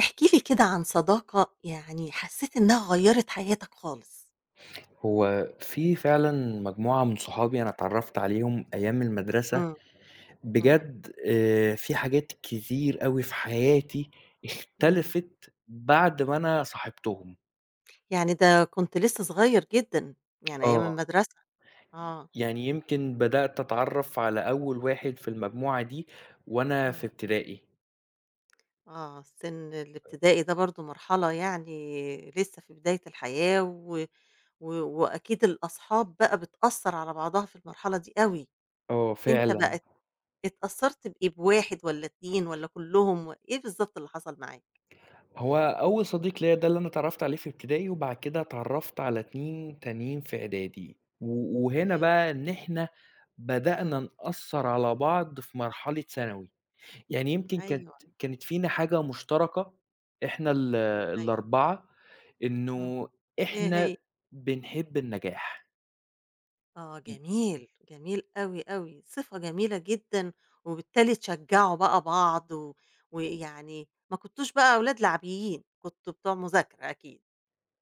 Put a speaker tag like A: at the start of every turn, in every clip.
A: احكِ لي كده عن صداقة يعني حسّيت إنها غيّرِت حياتك خالص.
B: هو في فعلًا مجموعة من صحابي أنا اتعرّفت عليهم أيام المدرسة،
A: إمم، اهم،
B: بجد في حاجات كتير أوي في حياتي
A: إمم.
B: اختلفت بعد ما أنا صاحبتهم.
A: يعني ده كنت لسّه صغير جدًا، يعني أيام
B: آه،
A: المدرسة. آه،
B: يعني يمكن بدأت أتعرّف على أول واحد في المجموعة دي وأنا
A: إمم.
B: في ابتدائي.
A: آه، سِن الابتدائي ده برضه مرحلة يعني لسّه في بداية الحياة و و وأكيد الأصحاب بقى بتأثّر على بعضها في المرحلة دي أوي.
B: آه
A: أنت
B: فعلًا.
A: بقى اتأثّرت بإيه، بواحد والّا 2 والّا كُلّهم و إيه بالضبط اللي حصل معاك؟
B: هو أول صديق ليّا ده اللي أنا اتعرّفت عليه في ابتدائي، وبعد كده اتعرّفت على 2 تانيين في إعدادي، و وهنا
A: تمام.
B: بقى إن إحنا بدأنا
A: إمم.
B: نأثّر على بعض في مرحلة ثانوي، يعني يمكن كانت
A: أيوه،
B: كانت فينا حاجة مشتركة إحنا ال
A: أيوه.
B: ال4
A: إمم.
B: إنه
A: إيه
B: إحنا
A: هي؟
B: بنحب النجاح،
A: آه
B: ي
A: جميل، جميل أوي، أوي، صفة جميلة جدًا، وبالتالي تشجّعوا بقى بعض ويعني ما كنتوش بقى أولاد لعبيين، كنتوا بتوع مذاكرة أكيد.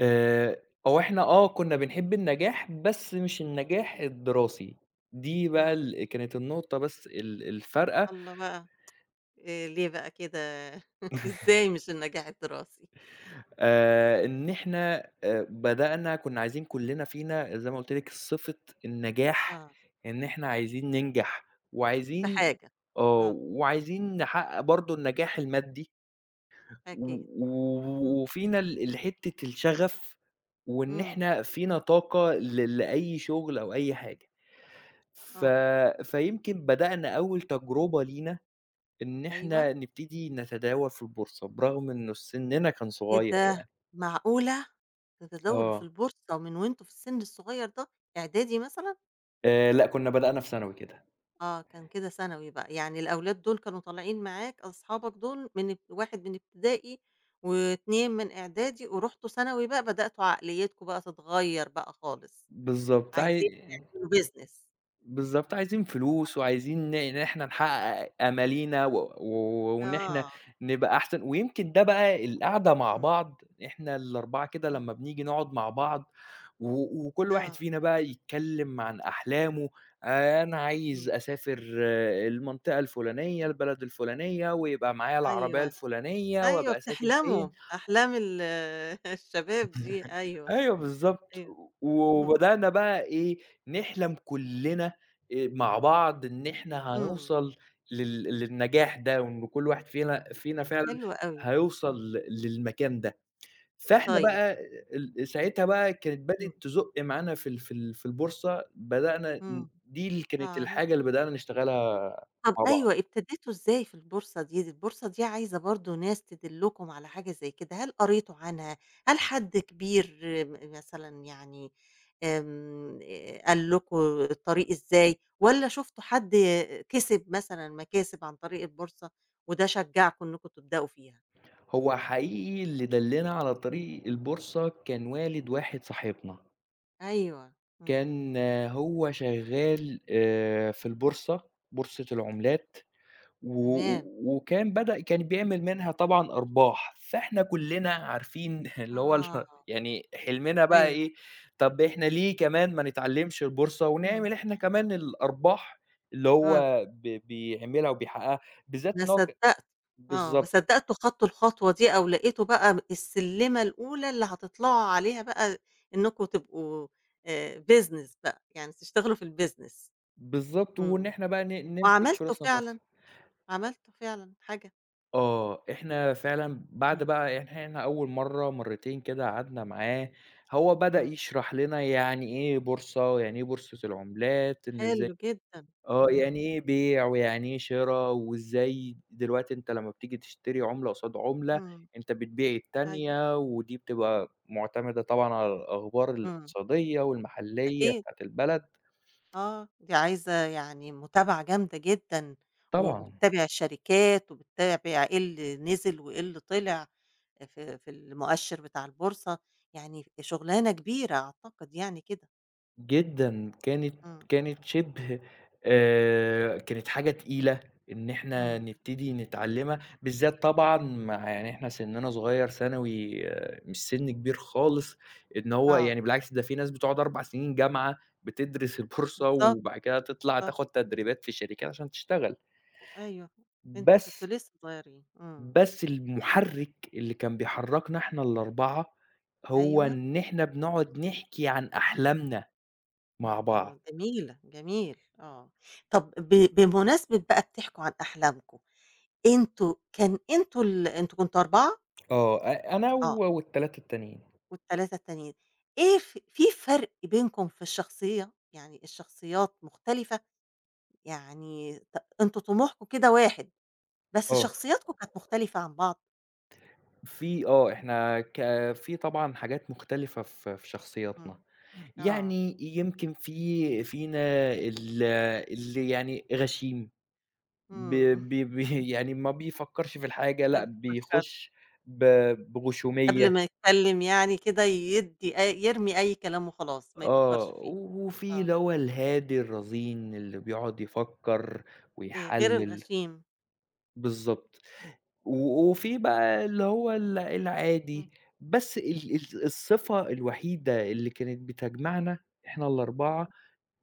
B: أو إحنا آه كنا بنحب النجاح، بس مش النجاح الدراسي، دي بقى
A: إمم،
B: كانت النقطة بس ال الفارقة.
A: الله بقى، ليه بقى كده؟ إزاي مش النجاح الدراسي؟
B: إن إحنا بدأنا كُنّا عايزين كُلّنا فينا زي ما قُلت لِك صِفة النجاح،
A: آه،
B: إن إحنا عايزين ننجح
A: في
B: وعايزين
A: حاجة، آه،
B: وعايزين نحقق برضه النجاح المادي و
A: أكيد، إمم،
B: و وفينا ال حتّة الشغف وإن
A: إمم،
B: إحنا فينا طاقة لأي شُغل أو أي حاجة. ف
A: آه،
B: فيمكن بدأنا أول تجربة لينا إن
A: أيوه،
B: إحنا نبتدي نتداول في البورصة برغم إنه سِنّنا كان
A: إيه
B: صغيّر
A: ده؟
B: يعني.
A: معقولة! ده تداولوا في
B: آه.
A: البورصة من وأنتم في السن الصغير ده، إعدادي مثلًا؟
B: لأ، كُنّا بدأنا في ثانوي كده.
A: آه، كان كده ثانوي بقى، يعني الأولاد دول كانوا طالعين معاك أصحابك دول من واحد من ابتدائي، و2 من إعدادي، ورُحتوا ثانوي بقى بدأتوا عقليتكم بقى تتغيّر بقى خالص،
B: بالضبط، عاي
A: عايزين تعملوا business.
B: بالضبط، عايزين فلوس وعايزين إن إحنا نحقق آمالينا و و وإن إحنا
A: آه،
B: نبقى أحسن، ويمكن ده بقى القعدة مع
A: إمم،
B: بعض إحنا ال4 كده
A: إمم،
B: لمّا بنيجي نقعد مع بعض و وكل واحد
A: آه،
B: فينا بقى يتكلم عن أحلامه، أنا عايز
A: إمم،
B: أسافر المنطقة الفلانية، البلد الفلانية، ويبقى معايا العربية
A: أيوه،
B: الفلانية،
A: أيوه
B: وأبقى ساكن
A: بتحلموا،
B: فين.
A: أحلام الشباب دي، أيوه،
B: أيوه بالضبط،
A: أيوه، اهم،
B: وبدأنا بقى إيه، نحلم كلّنا مع بعض إن إحنا
A: إمم،
B: هنوصل لل للنجاح ده، وإن كل واحد فينا فعلًا
A: حلو أوي،
B: هيوصل
A: إمم،
B: للمكان ده، فإحنا
A: طيب،
B: بقى ساعتها بقى كانت
A: إمم،
B: بدأت تزُق معانا في البورصة، بدأنا ن
A: إمم،
B: دي اللي
A: آه،
B: كانت الحاجة
A: عملتوا
B: اللي
A: إيه؟
B: بدأنا نشتغلها
A: طب
B: مع بعض،
A: أيوه، ابتديتوا إزاي في البورصة دي؟ البورصة دي عايزة برضه ناس تدلّكم على حاجة زي كده، هل قريتوا عنها؟ هل حد كبير مثلًا يعني آمم، قال لكم الطريق إزاي، والّا شُفتوا حد كسب مثلًا مكاسب عن طريق البورصة وده شجّعكم إنكم تبدأوا فيها؟
B: هو حقيقي اللي دلّنا على طريق البورصة كان والد واحد صاحبنا.
A: أيوه،
B: كان
A: إمم،
B: آه، هو شغال في البورصة، بورصة العملات و و
A: تمام،
B: وكان كان بيعمل منها طبعًا أرباح، فإحنا كُلّنا عارفين اللي هو
A: آه،
B: يعني حلمنا بقى
A: أيوه،
B: إيه، طب إحنا ليه كمان ما نتعلّمش البورصة
A: إمم،
B: ونعمل إحنا كمان الأرباح اللي
A: آه.
B: هو بيعملها وبيحققها، بالذات
A: ما
B: إن هو ك
A: صدّقت، آه، ما
B: بالضبط،
A: صدّقتوا خدتوا الخطوة دي أو لقيتوا بقى السلِّمة الأولى اللي هتطلعوا عليها بقى إنّكم تبقوا business بقى، يعني تشتغلوا في الbusiness.
B: بالضبط، وإن
A: إمم،
B: إحنا بقى نمسك
A: وعملتوا
B: فلوسنا خاصة.
A: فعلًا، عملتوا فعلًا حاجة،
B: آه، إحنا فعلًا بعد
A: إمم،
B: بقى إحنا أول مرّة، مرّتين كده قعدنا معاه، هو بدأ
A: إمم،
B: يشرح لنا يعني إيه بورصة، ويعني إيه بورصة العملات، إن إزاي
A: حلو جدًا،
B: آه، يعني
A: إمم،
B: إيه بيع، ويعني إيه شِرا، وإزاي دلوقتي أنت لمّا بتيجي تشتري عملة قصاد عملة،
A: إمم،
B: أنت بتبيع
A: أيوه،
B: التانية، ودي بتبقى مُعتمدة طبعًا على الأخبار
A: إمم،
B: الاقتصادية والمحلية
A: أكيد.
B: بتاعة البلد،
A: آه، دي عايزة يعني متابعة جامدة جدًا،
B: طبعًا.
A: وبتتابع الشركات وبتتابع إيه اللي نزل وإيه اللي طلع في المؤشر بتاع البورصة، يعني شغلانة كبيرة أعتقد يعني كده.
B: جدًا، كانت
A: إمم،
B: كانت شِبه كانت حاجة تقيلة إن إحنا
A: إمم،
B: نبتدي نتعلّمها، بالذات
A: إمم،
B: طبعًا مع يعني إحنا سِنّنا صغيّر ثانوي مش سِن كبير خالص، إن هو
A: آه،
B: يعني بالعكس ده في ناس بتقعد 4 سِنين جامعة بتدرس البورصة
A: بالضبط،
B: وبعد كده تطلع
A: بالضبط،
B: تاخد تدريبات في شركات عشان تشتغل،
A: أيوه، أنتم
B: بس
A: كنتم لسه صغيرين، إمم،
B: بس المُحرِّك اللي كان بيحرّكنا إحنا ال4 هو
A: أيوه،
B: إن إحنا بنقعد نحكي عن أحلامنا مع
A: الله
B: بعض.
A: جميلة، جميل، آه، طب بمناسبة بقى بتحكوا عن أحلامكم، أنتم كان أنتم ال أنتم كنتم 4؟
B: آه، أنا
A: آه.
B: وال3 التانيين،
A: وال3 التانيين، إيه في فرق بينكم في الشخصية؟ يعني الشخصيات مختلفة؟ يعني أنتم طموحكم كده واحد، بس
B: آه.
A: شخصياتكم كانت مختلفة عن بعض؟
B: في آه، إحنا ك في طبعًا حاجات مختلفة في
A: إمم،
B: شخصياتنا،
A: آه،
B: يعني يمكن فينا ال اللي يعني غشيم ب
A: إمم،
B: ب ب يعني ما بيفكّرش في الحاجة
A: ما
B: لأ،
A: بيفكّرش،
B: بيخش ب
A: قبل
B: بغشومية،
A: ما يتكلّم يعني كده يدّي أي يرمي أي كلام وخلاص، ما يفكّرش
B: آه،
A: فيه،
B: وفي
A: آه،
B: اللي هو الهادي الرزين اللي بيقعد يفكّر
A: غير
B: ويحلّل،
A: الغشيم،
B: بالضبط. و وفي بقى اللي هو
A: إمم،
B: العادي، بس ال ال الصفة الوحيدة اللي كانت بتجمعنا إحنا ال4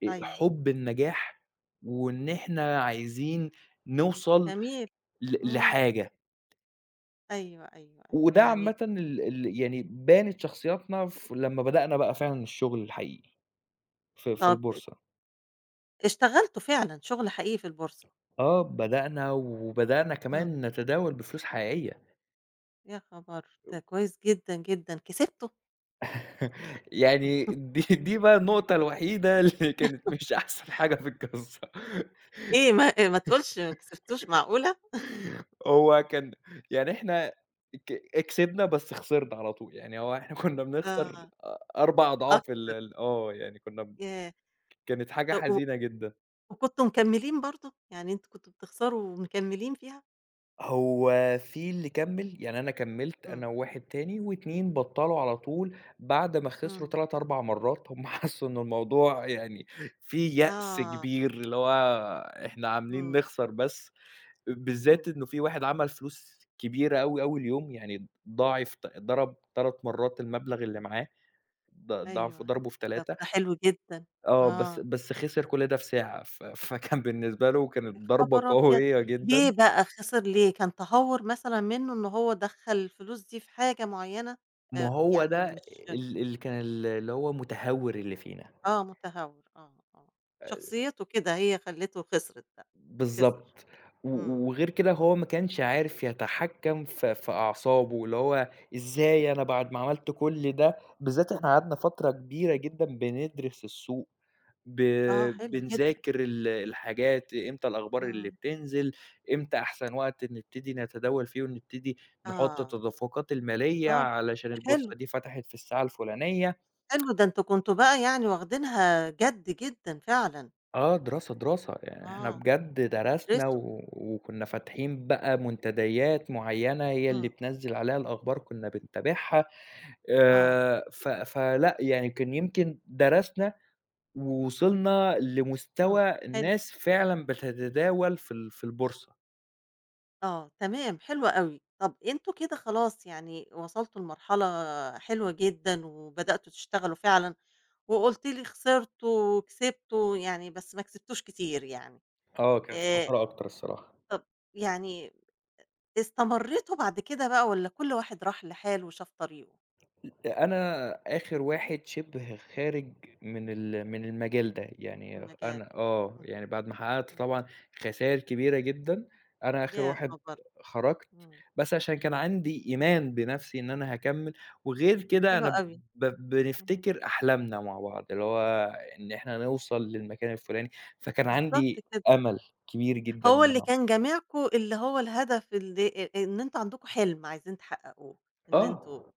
A: أيوه،
B: حُب النجاح، وإن إحنا عايزين نوصل
A: جميل، إمم،
B: لحاجة،
A: أيوه، أيوه، أيوه،
B: وده
A: يعني
B: عامةً ال ال يعني بانت شخصياتنا لمّا بدأنا بقى فعلًا الشغل الحقيقي في
A: طَب
B: البورصة.
A: اشتغلتوا فعلًا شغل حقيقي في البورصة،
B: آه، بدأنا
A: إمم.
B: كمان نتداول بفلوس حقيقية.
A: يا خبر! ده كويس جدًا، جدًا. كسبته؟
B: يعني دي بقى النقطة الوحيدة اللي كانت مش أحسن حاجة في القصة.
A: إيه ما تقولش ما كسبتوش معقولة!
B: هو كان يعني إحنا ك كسبنا بس خسرنا على طول، يعني هو إحنا كنا بنخسر
A: آه،
B: 4
A: آه
B: أضعاف ال ال آه، يعني كنا
A: ياه!
B: كانت حاجة
A: طب
B: حزينة جدًا.
A: وكنتم مكملين برضه؟ يعني أنتم كنتم بتخسروا ومكملين فيها؟
B: هو في اللي كمّل، يعني أنا كمّلت
A: إمم،
B: أنا وواحد تاني و2 بطّلوا على طول بعد ما خسروا
A: إمم،
B: 3، 4 مرّات، هم حسّوا إن الموضوع يعني في يأس
A: آه،
B: كبير، اللي هو إحنا عاملين
A: إمم،
B: نخسر بس. بالذات
A: إمم،
B: إنه في واحد عمل فلوس كبيرة أوي، أول يوم، يعني ضاعف ت ضرب 3 مرّات المبلغ اللي معاه، ضعف
A: أيوه.
B: ضربه في
A: طب
B: 3
A: ده حلو جدًا،
B: آه، بس
A: آه.
B: بس خسر كل ده في ساعة، فكان بالنسبة له كانت
A: يا
B: ضربة
A: خبر أبيض!
B: قوية
A: ليه
B: جدًا.
A: بقى خسر ليه؟ كان تهور مثلًا منه إن هو دخّل الفلوس دي في حاجة معينة؟
B: ما هو
A: يعني
B: ده
A: مش
B: ال اللي كان ال اللي هو متهور اللي فينا،
A: آه، متهور، آه، آه،
B: آآ
A: شخصيته كده هي خلّته خسرِت بقى، خسر،
B: بالضبط، و
A: إمم،
B: وغير كده هو ما كانش عارف يتحكم في أعصابه، اللي هو إزاي أنا بعد ما عملت كل ده بالذات إحنا قعدنا فترة كبيرة جدًا بندرس السوق. ب
A: آه، حلو جدًا،
B: بنذاكر الحاجات، إمتى الأخبار اللي
A: إمم،
B: بتنزل، إمتى أحسن وقت نبتدي نتداول فيه ونبتدي نحُط
A: آه،
B: التدفقات المالية
A: طَب
B: علشان
A: حلو،
B: البورصة دي فتحت في الساعة الفُلانية.
A: حلو ده أنتم كنتم بقى يعني واخدينها جَد جدًا فعلًا،
B: آه، دراسة، دراسة، يعني إحنا
A: آه،
B: بجد درسنا
A: بتدرسوا،
B: و وكُنّا فاتحين بقى منتديات معيّنة هي اللي
A: إمم،
B: بتنزّل عليها الأخبار كُنّا بنتابعها،
A: آه،
B: ف فلأ، يعني كان يمكن درسنا ووصلنا
A: إمم،
B: لمستوى
A: حلو،
B: الناس فعلًا بتتداول في البورصة.
A: آه، تمام، حلو أوي، طَب أنتم كده خلاص يعني وصلتوا لمرحلة حلوة جدًا وبدأتوا تشتغلوا فعلًا، وقُلت لي خسرتوا وكسبتوا يعني بس ما كسبتوش كتير يعني،
B: آه، كانت
A: آآ
B: خسارة أكتر الصراحة.
A: طب يعني استمريتوا بعد كده بقى والّا كل واحد راح لحاله وشاف طريقه
B: أنا آخر واحد شِبه خارج من من المجال ده،
A: في
B: يعني
A: المجال؟
B: أنا آه،
A: إمم،
B: يعني بعد ما حققت
A: إمم،
B: طبعًا خسائر كبيرة جدًا، أنا آخر
A: يا
B: واحد
A: خبر!
B: خرجت،
A: إمم،
B: بس عشان كان عندي إيمان بنَفْسي إن أنا هاكمّل، وغير كده
A: حلو
B: أنا
A: أوي،
B: ب
A: إمم،
B: بنفتكر أحلامنا مع بعض، اللي هو إن إحنا نوصل للمكان الفُلاني، فكان
A: بالضبط
B: عندي
A: كده،
B: أمل كبير جدًا
A: هو
B: إن
A: اللي
B: أنا أوصل.
A: كان جامعكم اللي هو الهدف اللي إن أنتم عندكم حلم عايزين تحققوه، إن أنتم
B: آه،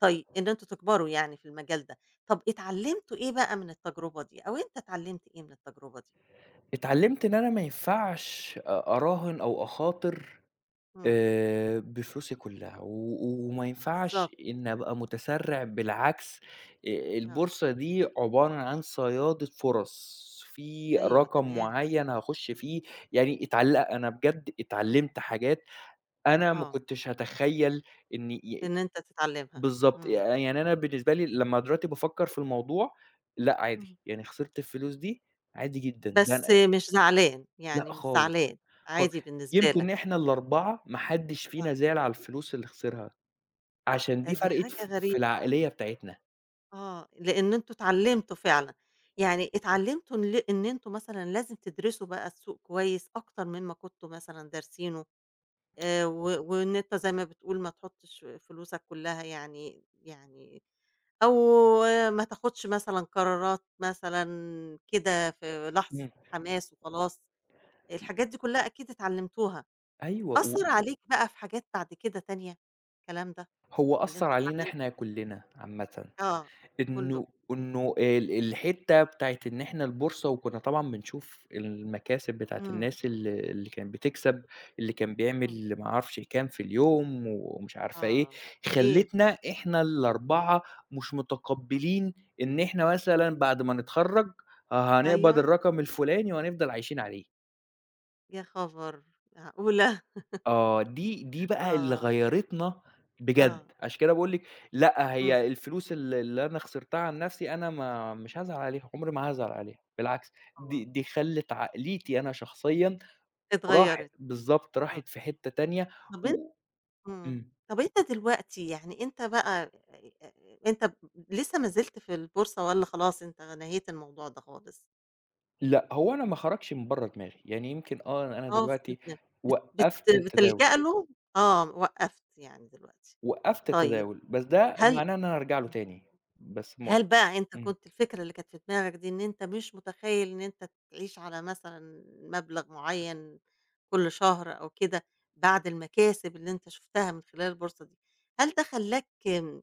A: طيب إن أنتم تكبروا يعني في المجال ده، طب اتعلمتوا إيه بقى من التجربة دي، أو أنت اتعلمت إيه من التجربة دي؟
B: اتعلّمت إن أنا ما ينفعش أراهن أو أخاطر
A: إمم،
B: بفلوسي كلّها، و وما
A: بالضبط،
B: ينفعش إن أبقى متسرّع بالعكس
A: آه،
B: البورصة دي عبارة عن صيادة فرص، في
A: أيوه
B: رقم
A: تمام،
B: معيّن هاخش فيه، يعني أنا بجد اتعلّمت حاجات أنا ما
A: آه،
B: كنتش هاتخيّل إني ي
A: إن أنت تتعلمها،
B: بالضبط،
A: إمم،
B: يعني أنا بالنسبة لي لمّا دلوقتي بافكّر في الموضوع لأ
A: إمم.
B: عادي، يعني خسرت الفلوس دي عادي جدًا، ده
A: بس
B: أنا
A: مش زعلان،
B: لأ
A: يعني مش
B: خالص،
A: زعلان،
B: خا
A: عادي بالنسبة لك،
B: يمكن إحنا
A: آه،
B: ال4 ما حدّش
A: آه،
B: فينا زعل على الفلوس اللي خسرها. عشان
A: آه،
B: دي
A: دي
B: فرقِت
A: حاجة
B: في
A: غريبة،
B: العقلية بتاعتنا.
A: آه، لإن أنتم اتعلمتوا فعلًا، يعني اتعلمتوا إن أنتم مثلًا لازم تدرسوا بقى السوق كويس أكتر مما كنتم مثلًا دارسينه، و وإن أنت زي ما بتقول ما تحطش فلوسك كلها يعني أو ما تاخدش مثلًا قرارات مثلًا كده في لحظة
B: إمم.
A: حماس وخلاص، الحاجات دي كلها أكيد اتعلمتوها.
B: أيوه،
A: أثّر عليك بقى في حاجات بعد كده تانية، الكلام ده
B: هو
A: اللي
B: أثّر
A: أنت
B: علينا
A: اتعلمته
B: إحنا
A: ده؟
B: كُلّنا عامةً،
A: آه، كلّه.
B: إنه الحتّة بتاعة إن إحنا البورصة وكُنّا طبعًا بنشوف المكاسب بتاعة
A: إمم،
B: الناس اللي كانت بتكسب، اللي كان
A: إمم،
B: بيعمل ما أعرفش كام في اليوم ومش عارفة إيه،
A: آه، إيه؟
B: خلّتنا إحنا ال4 مش متقبّلين إن إحنا مثلًا بعد ما نتخرّج آه، هنقبض
A: أيوه،
B: الرقم الفُلاني وهنفضل عايشين عليه.
A: يا خبر! معقولة!
B: آه، دي بقى اللي
A: آه،
B: غيّرتنا
A: آه،
B: بجد، عشان كده باقول لِك لأ،
A: إمم،
B: هي الفلوس اللي أنا خسرتها عن نَفْسي أنا ما مش هازعل عليها، عمري ما هازعل عليها، بالعكس دي
A: آه،
B: دي خلِّت عقليتي أنا شخصيًا
A: اتغيّرت،
B: بالضبط،
A: آه.
B: راحت في حتّة تانية
A: طَب
B: و
A: إمم،
B: إمم،
A: طَب أنت دلوقتي يعني أنت بقى أنت ب لسه ما زلت في البورصة والّا خلاص أنت نهيت الموضوع ده خالص؟
B: لأ، هو أنا ما خرجش من برّه دماغي، يعني يمكن آه، أنا
A: آه، في
B: دلوقتي
A: دماغك بت بت
B: وقّفت التداول،
A: بتلجأ له؟ آه، وقّفت يعني دلوقتي. طيب
B: بس ده
A: هل
B: معناه إن أنا هارجع له تاني، بس ما
A: هل بقى أنت
B: إمم.
A: كنت الفكرة اللي كانت في دماغك دي إن أنت مش متخيّل إن أنت تعيش على مثلًا مبلغ معيّن كل شهر أو كده، بعد المكاسب اللي أنت شُفتها من خلال البورصة دي، هل ده خلّاك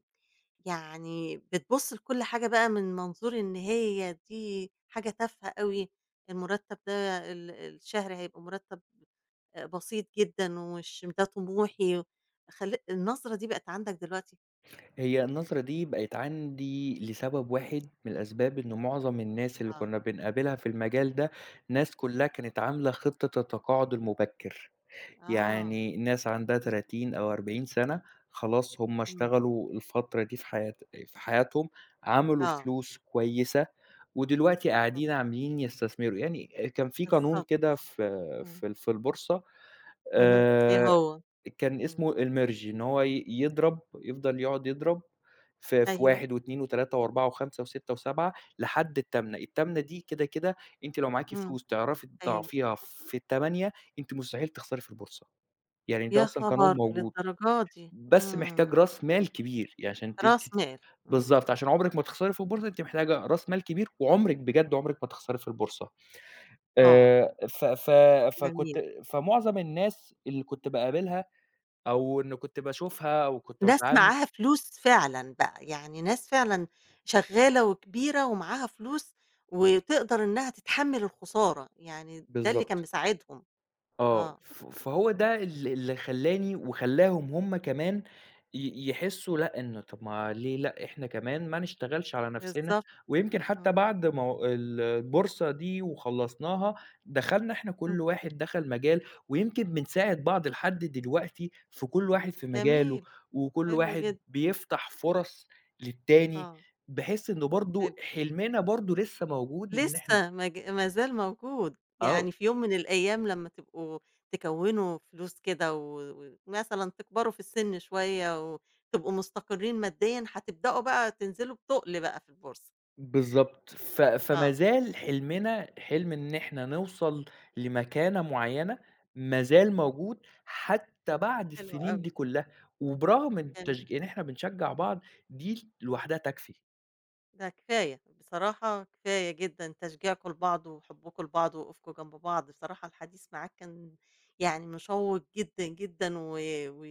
A: يعني بتبُص لكل حاجة بقى من منظور إن هي دي حاجة تافهة أوي، المرتب ده الشهري هيبقى مرتب بسيط جدًا ومش ده طموحي، خل النظرة دي بقت عندك دلوقتي؟
B: هي النظرة دي بقت عندي لسبب واحد من الأسباب إن معظم الناس اللي
A: آه،
B: كنا بنقابلها في المجال ده، ناس كلّها كانت عاملة خطة التقاعد المبكر،
A: آه،
B: يعني ناس عندها
A: إمم،
B: 30 أو 40 سَنة خلاص هم
A: إمم،
B: اشتغلوا الفترة دي في حياتهم، عملوا
A: آه.
B: فلوس كويسة، ودلوقتي قاعدين عاملين يستثمروا، يعني كان في قانون
A: بالضبط،
B: كده في
A: إمم،
B: في ال في البورصة إمم.
A: اهم، إيه
B: آآ
A: هو؟
B: كان
A: إمم،
B: اسمه الmerge إن هو يضرب يفضل يقعد يضرب في
A: أيوه،
B: 1 و2 و3 و4 و5 و6 و7 لحد التامنة، التامنة دي كده، كده أنتِ لو معاكِ
A: إمم،
B: فلوس تعرفي
A: أيوه،
B: تضاعفيها في ال8 أنتِ مستحيل تخسري في البورصة، يعني ده
A: يا
B: أصلًا
A: خبر!
B: قانون موجود،
A: للدرجة دي،
B: بس
A: إمم،
B: محتاج راس مال كبير، يعني عشان ت
A: رأس
B: ت
A: مال، إمم،
B: بالضبط، عشان عمرِك ما تخسري في البورصة أنتِ محتاجة راس مال كبير، وعمرِك بجد عمرِك ما تخسري في البورصة.
A: آه،
B: ف ف
A: جميل،
B: فكنت فمعظم الناس اللي كنت باقابلها أو إن كنت باشوفها أو كنت
A: ناس
B: باتعامل
A: معاها فلوس فعلًا بقى، يعني ناس فعلًا شغالة وكبيرة ومعاها فلوس، وتقدر إنها تتحمل الخسارة، يعني ده اللي كان
B: بالضبط،
A: مساعدهم،
B: آه،
A: آه،
B: ف فهو ده اللي خلّاني وخلّاهم هُم كمان يحسّوا لأ، إنه طَب ما ليه لأ، إحنا كمان ما نشتغلش على نَفْسنا،
A: بالضبط،
B: ويمكن حتى
A: إمم،
B: بعد ما هو البورصة دي وخلّصناها، دخلنا إحنا كل
A: إمم،
B: واحد دخل مجال، ويمكن بنساعد بعض لحد دلوقتي في كل واحد في مجاله،
A: جميل،
B: وكل
A: حلو
B: واحد
A: جدًا،
B: بيفتح فرص للتاني،
A: آه،
B: بحيث إنه
A: حلو.
B: برضه حلمنا برضه لسه موجود إن إحنا
A: لسه ما زال موجود،
B: آه،
A: يعني في يوم من الأيام لمّا تبقوا تكوّنوا فلوس كده ومثلًا تكبروا في السن شوية وتبقوا مستقرين ماديًا، هتبدأوا بقى تنزلوا بتُقل بقى في البورصة،
B: بالضبط. ف فما
A: آه،
B: زال حلمنا، حلم إن إحنا نوصل لمكانة معيّنة، ما زال
A: إمم،
B: موجود حتى بعد
A: حلو
B: السنين
A: أوي،
B: دي كلّها، وبرغم إن
A: جميل.
B: إن إحنا بنشجّع بعض، دي لوحدها تكفي.
A: ده كفاية، بصراحة كفاية جدًا تشجيعكم لبعض وحبكم لبعض ووقوفكم جنب بعض، بصراحة الحديث معاك كان يعني مشوّق جدًا، جدًا و و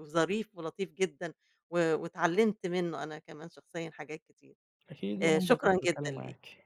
A: وظريف ولطيف جدًا، واتعلمت منه أنا كمان شخصيًا حاجات كتير،
B: أكيد وأنا انبسطت
A: شكرًا جدًا
B: بالكلام
A: ليك.
B: معاكِ.